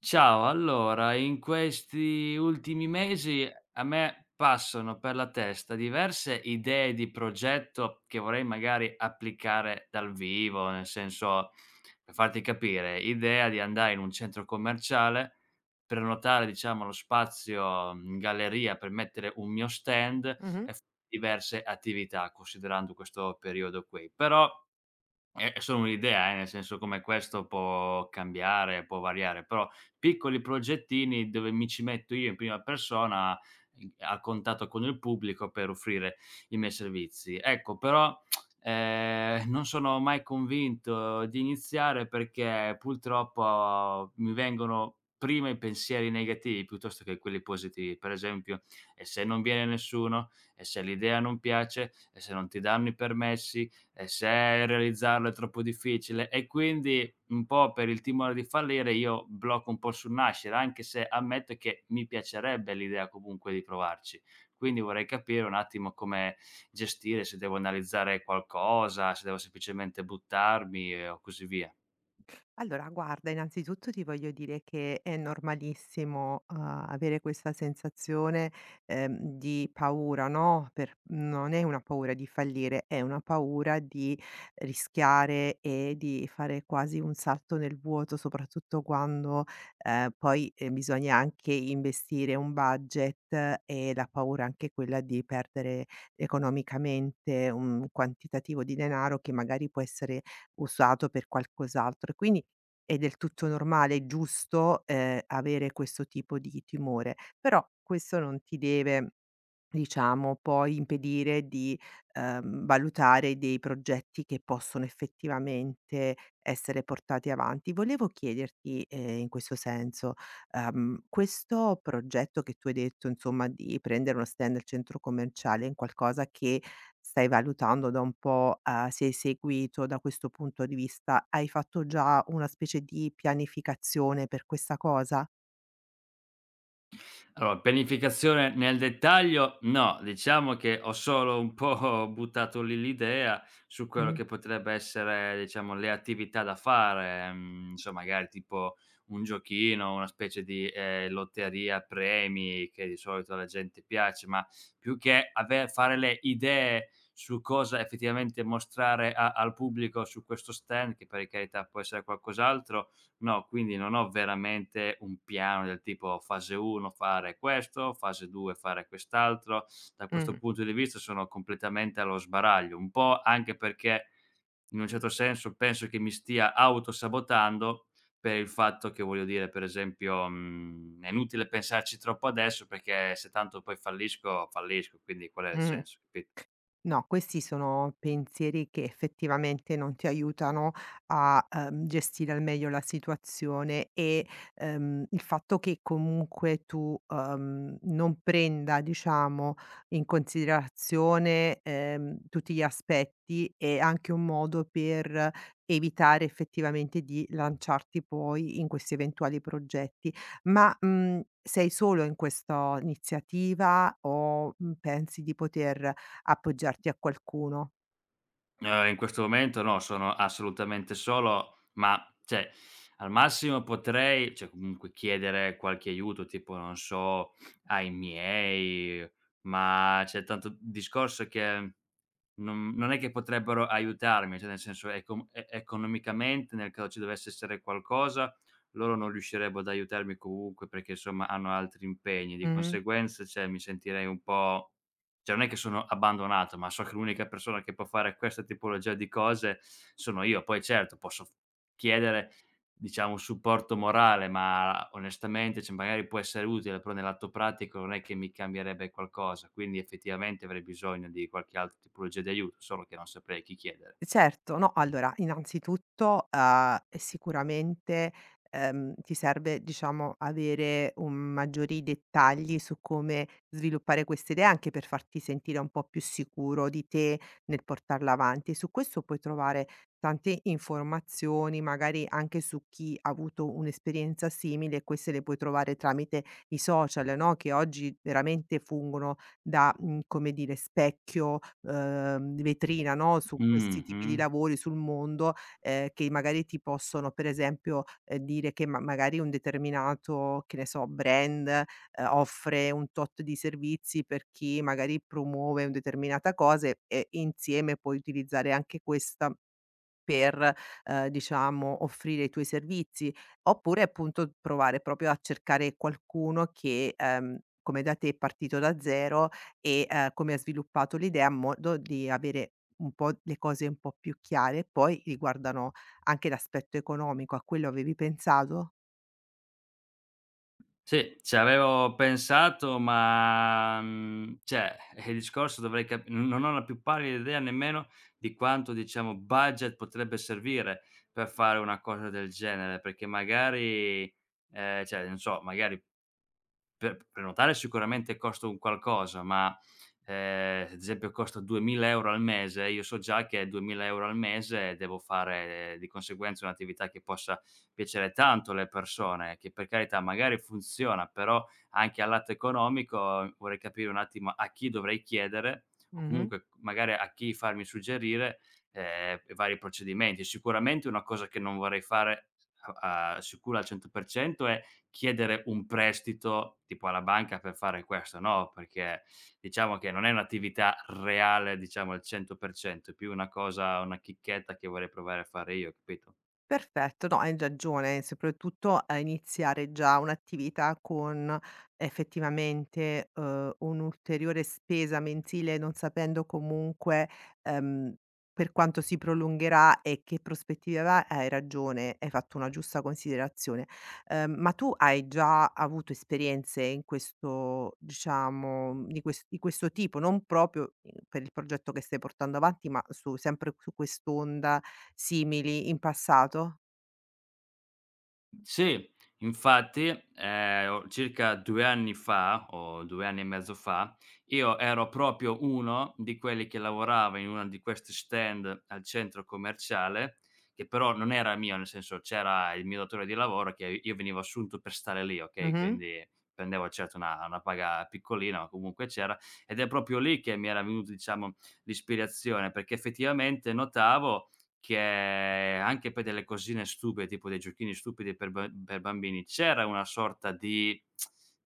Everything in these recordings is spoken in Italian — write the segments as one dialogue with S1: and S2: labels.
S1: Ciao, allora in questi ultimi mesi a me passano per la testa diverse idee di progetto che vorrei magari applicare dal vivo, nel senso, per farti capire, idea di andare in un centro commerciale, prenotare diciamo lo spazio in galleria per mettere un mio stand
S2: Mh-mh.
S1: e f diverse attività, considerando questo periodo qui. Però è solo un'idea, nel senso come questo può cambiare, può variare, però piccoli progettini dove mi ci metto io in prima persona, i a contatto con il pubblico per offrire i miei servizi. Ecco, però, non sono mai convinto di iniziare perché purtroppo mi vengono prima i pensieri negativi piuttosto che quelli positivi. Per esempio: "E se non viene nessuno? E se l'idea non piace? E se non ti danno i permessi? E se realizzarlo è troppo difficile?" E quindi un po' per il timore di fallire io blocco un po' sul nascere, anche se ammetto che mi piacerebbe l'idea comunque di provarci. Quindi vorrei capire un attimo come gestire, se devo analizzare qualcosa, se devo semplicemente buttarmi o così via.
S2: Allora, guarda, innanzitutto ti voglio dire che è normalissimo, avere questa sensazione, di paura, no, per non è una paura di fallire, è una paura di rischiare e di fare quasi un salto nel vuoto, soprattutto quando, poi, bisogna anche investire un budget e la paura anche quella di perdere economicamente un quantitativo di denaro che magari può essere usato per qualcos'altro. Quindi è del tutto normale e giusto, avere questo tipo di timore, però questo non ti deve, diciamo, poi impedire di, valutare dei progetti che possono effettivamente essere portati avanti. Volevo chiederti, in questo senso, questo progetto che tu hai detto, insomma, di prendere uno stand al centro commerciale, è un qualcosa che stai valutando da un po', sei seguito da questo punto di vista. Hai fatto già una specie di pianificazione per questa cosa?
S1: Allora, pianificazione nel dettaglio no, diciamo che ho solo un po' buttato lì l'idea su quello
S2: Mh,
S1: che potrebbe essere, diciamo, le attività da fare, insomma, magari tipo un giochino, una specie di, lotteria a premi che di solito alla gente piace, ma più che ave fare le idee su cosa effettivamente mostrare a al pubblico su questo stand, che per carità può essere qualcos'altro. No, quindi non ho veramente un piano del tipo fase 1 fare questo, fase 2 fare quest'altro. Da questo
S2: mh,
S1: punto di vista sono completamente allo sbaraglio, un po' anche perché in un certo senso penso che mi stia autosabotando per il fatto che, voglio dire, per esempio, è inutile pensarci troppo adesso perché se tanto poi fallisco, fallisco, quindi qual è il
S2: mh.
S1: senso, capi
S2: No, questi sono pensieri che effettivamente non ti aiutano a, gestire al meglio la situazione e, il fatto che comunque tu, non prenda, diciamo, in considerazione, tutti gli aspetti è anche un modo per evitare effettivamente di lanciarti poi in questi eventuali progetti. Ma, sei solo in questa iniziativa o, pensi di poter appoggiarti a qualcuno.
S1: In questo momento no, sono assolutamente solo, ma cioè al massimo potrei cioè comunque chiedere qualche aiuto, tipo non so, ai miei, ma c'è tanto discorso che non è che potrebbero aiutarmi, cioè nel senso ecom e economicamente nel caso ci dovesse essere qualcosa, loro non riuscirebbero ad aiutarmi comunque perché insomma hanno altri impegni. Di
S2: Mh-mh.
S1: conseguenza, cioè mi sentirei un po'. Cioè non è che sono abbandonato, ma so che l'unica persona che può fare questa tipologia di cose sono io. Poi certo posso f chiedere, diciamo, un supporto morale, ma onestamente, cioè magari può essere utile, però nell'atto pratico non è che mi cambierebbe qualcosa, quindi effettivamente avrei bisogno di qualche altra tipologia di aiuto, solo che non saprei a chi chiedere.
S2: Certo, no, allora innanzitutto, sicuramente, ti serve, diciamo, avere un maggiori dettagli su come sviluppare questa idea, anche per farti sentire un po' più sicuro di te nel portarla avanti. Su questo puoi trovare tante informazioni, magari anche su chi ha avuto un'esperienza simile e queste le puoi trovare tramite i social, no, che oggi veramente fungono da, come dire, specchio, vetrina, no, su questi tipi
S1: Mh-mh.
S2: di lavori, sul mondo, che magari ti possono per esempio, dire che ma magari un determinato, che ne so, brand, offre un tot di servizi per chi magari promuove un determinata cosa e insieme puoi utilizzare anche questa per, diciamo offrire i tuoi servizi, oppure appunto provare proprio a cercare qualcuno che, come da te è partito da 0 e, come ha sviluppato l'idea a modo di avere un po' le cose un po' più chiare, poi riguardano anche l'aspetto economico. A quello avevi pensato?
S1: Sì, ci avevo pensato ma, cioè, il discorso dovrei cap non ho la più pallida idea nemmeno di quanto, diciamo, budget potrebbe servire per fare una cosa del genere, perché magari, cioè, non so, magari per prenotare sicuramente costa un qualcosa, ma, ad esempio costa 2.000 € al mese, io so già che 2.000 € al mese devo fare, di conseguenza un'attività che possa piacere tanto alle persone, che per carità magari funziona, però anche al lato economico, vorrei capire un attimo a chi dovrei chiedere o
S2: Mh-mh.
S1: comunque magari a chi farmi suggerire, vari procedimenti. Sicuramente una cosa che non vorrei fare a sicuro al 100% è chiedere un prestito tipo alla banca per fare questo, no, perché diciamo che non è un'attività reale, diciamo al 100%, è più una cosa, una chicchetta che vorrei provare a fare io, capito?
S2: Perfetto, no hai ragione, soprattutto a iniziare già un'attività con effettivamente, un'ulteriore spesa mensile, non sapendo comunque, ehm, per quanto si prolungherà e che prospettive avrà, hai ragione, hai fatto una giusta considerazione. Ma tu hai già avuto esperienze in questo diciamo, di questo tipo? Non proprio, per il progetto che stai portando avanti, ma su sempre su quest'onda simili in passato?
S1: Sì, infatti, o circa 2 anni fa o 2 anni e mezzo fa, io ero proprio uno di quelli che lavorava in una di questi stand al centro commerciale, che però non era mio, nel senso c'era il mio datore di lavoro che io venivo assunto per stare lì, okay,
S2: Mh-mh,
S1: quindi prendevo certo una paga piccolina, ma comunque c'era, ed è proprio lì che mi era venuto, diciamo, l'ispirazione, perché effettivamente notavo che anche per delle cosine stupide, tipo dei giochini stupidi per bambini, c'era una sorta di,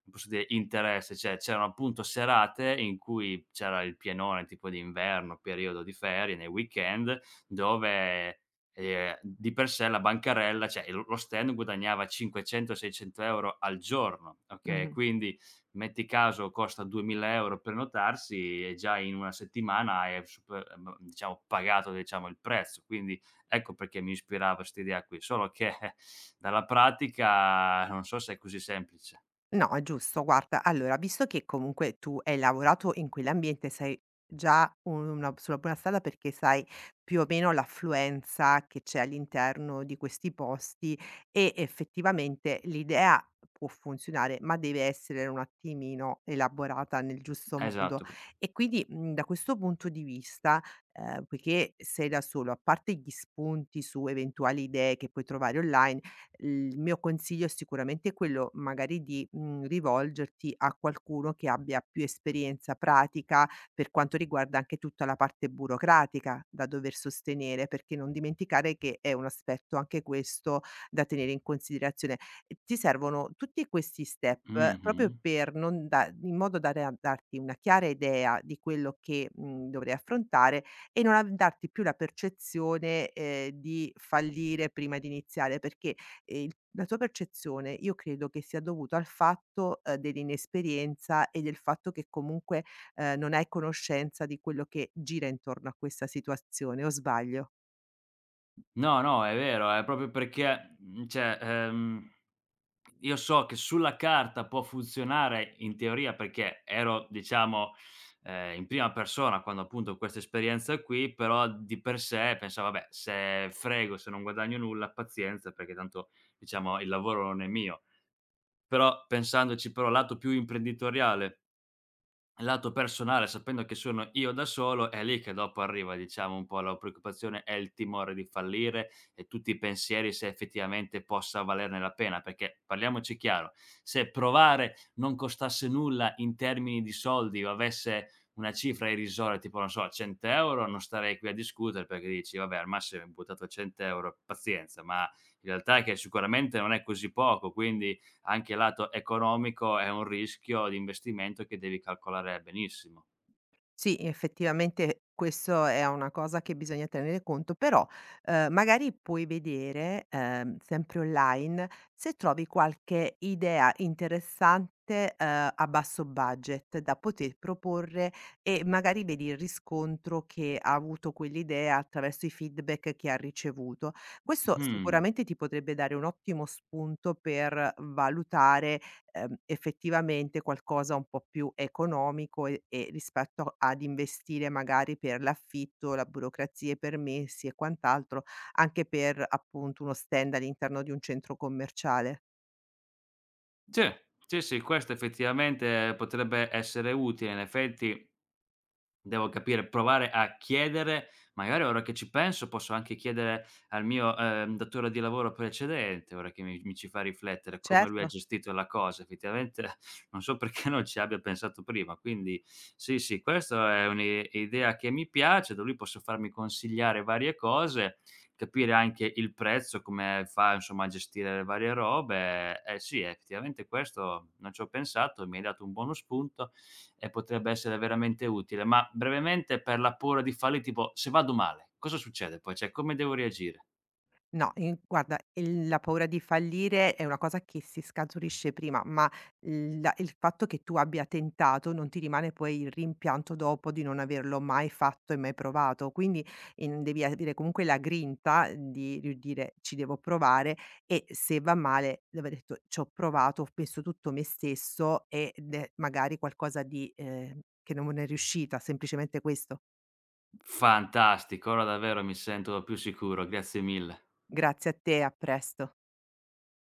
S1: come posso dire, interesse, cioè c'erano appunto serate in cui c'era il pienone tipo d'inverno, periodo di ferie, nei weekend, dove, di per sé la bancarella, cioè lo stand guadagnava 500, 600 € al giorno, okay,
S2: mh-mh.
S1: quindi metti caso costa 2.000 euro prenotarsi e già in 1 settimana hai super, diciamo pagato, diciamo, il prezzo. Quindi ecco perché mi ispirava 'sta idea qui, solo che dalla pratica non so se è così semplice.
S2: No, è giusto. Guarda, allora, visto che comunque tu hai lavorato in quell'ambiente, sei già una sulla buona strada perché sai più o meno l'affluenza che c'è all'interno di questi posti e effettivamente l'idea può funzionare, ma deve essere un attimino elaborata nel giusto modo.
S1: Esatto, pr
S2: E quindi, da questo punto di vista, poiché sei da solo, a parte gli spunti su eventuali idee che puoi trovare online il mio consiglio è sicuramente quello magari di, rivolgerti a qualcuno che abbia più esperienza pratica per quanto riguarda anche tutta la parte burocratica da dover sostenere, perché non dimenticare che è un aspetto anche questo da tenere in considerazione. E ti servono tutti questi step proprio
S1: mh-mh.
S2: per non da in modo da re darti una chiara idea di quello che, dovrai affrontare e non av darti più la percezione, di fallire prima di iniziare, perché il la tua percezione io credo che sia dovuto al fatto, dell'inesperienza e del fatto che comunque, non hai conoscenza di quello che gira intorno a questa situazione, o sbaglio?
S1: No, no, è vero, è proprio perché, cioè, io so che sulla carta può funzionare in teoria perché ero, diciamo, in prima persona quando appunto questa esperienza qui, però di per sé pensavo: "Vabbè, se frego, se non guadagno nulla, pazienza, perché tanto diciamo il lavoro non è mio". Però pensandoci però lato più imprenditoriale, lato personale, sapendo che sono io da solo, è lì che dopo arriva, diciamo, un po' la preoccupazione e il timore di fallire e tutti i pensieri se effettivamente possa valerne la pena, perché parliamoci chiaro, se provare non costasse nulla in termini di soldi o avesse una cifra irrisoria, tipo non so, 100 €, non starei qui a discutere perché dici: "Vabbè, al massimo hai buttato 100 €, pazienza", ma in realtà è che sicuramente non è così poco, quindi anche lato economico è un rischio di investimento che devi calcolare benissimo.
S2: Sì, effettivamente questo è una cosa che bisogna tenere conto, però, magari puoi vedere, sempre online, se trovi qualche idea interessante, a basso budget da poter proporre e magari vedi il riscontro che ha avuto quell'idea attraverso i feedback che ha ricevuto. Questo
S1: Mh.
S2: sicuramente ti potrebbe dare un ottimo spunto per valutare effettivamente qualcosa un po' più economico e rispetto ad investire magari per l'affitto, la burocrazia, i permessi e quant'altro, anche per appunto uno stand all'interno di un centro commerciale.
S1: Sì, sì, sì, questo effettivamente potrebbe essere utile. In effetti devo capire, provare a chiedere, magari ora che ci penso posso anche chiedere al mio, datore di lavoro precedente, ora che mi ci fa riflettere, come lui
S2: Certo.
S1: ha gestito la cosa. Effettivamente non so perché non ci abbia pensato prima. Quindi sì, sì, questa è un'i idea che mi piace, da lui posso farmi consigliare varie cose, capire anche il prezzo, come fa insomma a gestire le varie robe. Eh sì, effettivamente questo non ci ho pensato, mi hai dato un buono spunto e potrebbe essere veramente utile. Ma brevemente per la paura di fallire, tipo se vado male, cosa succede poi? Cioè come devo reagire?
S2: No, in guarda, il la paura di fallire è una cosa che si scaturisce prima, ma il fatto che tu abbia tentato non ti rimane poi il rimpianto dopo di non averlo mai fatto e mai provato. Quindi, in devi avere comunque la grinta di dire: "Ci devo provare" e se va male di aver detto: "C'ho provato, ho messo tutto me stesso ed è magari qualcosa di che non è riuscita", semplicemente questo.
S1: Fantastico, ora davvero mi sento più sicuro, grazie mille.
S2: Grazie a te, a presto.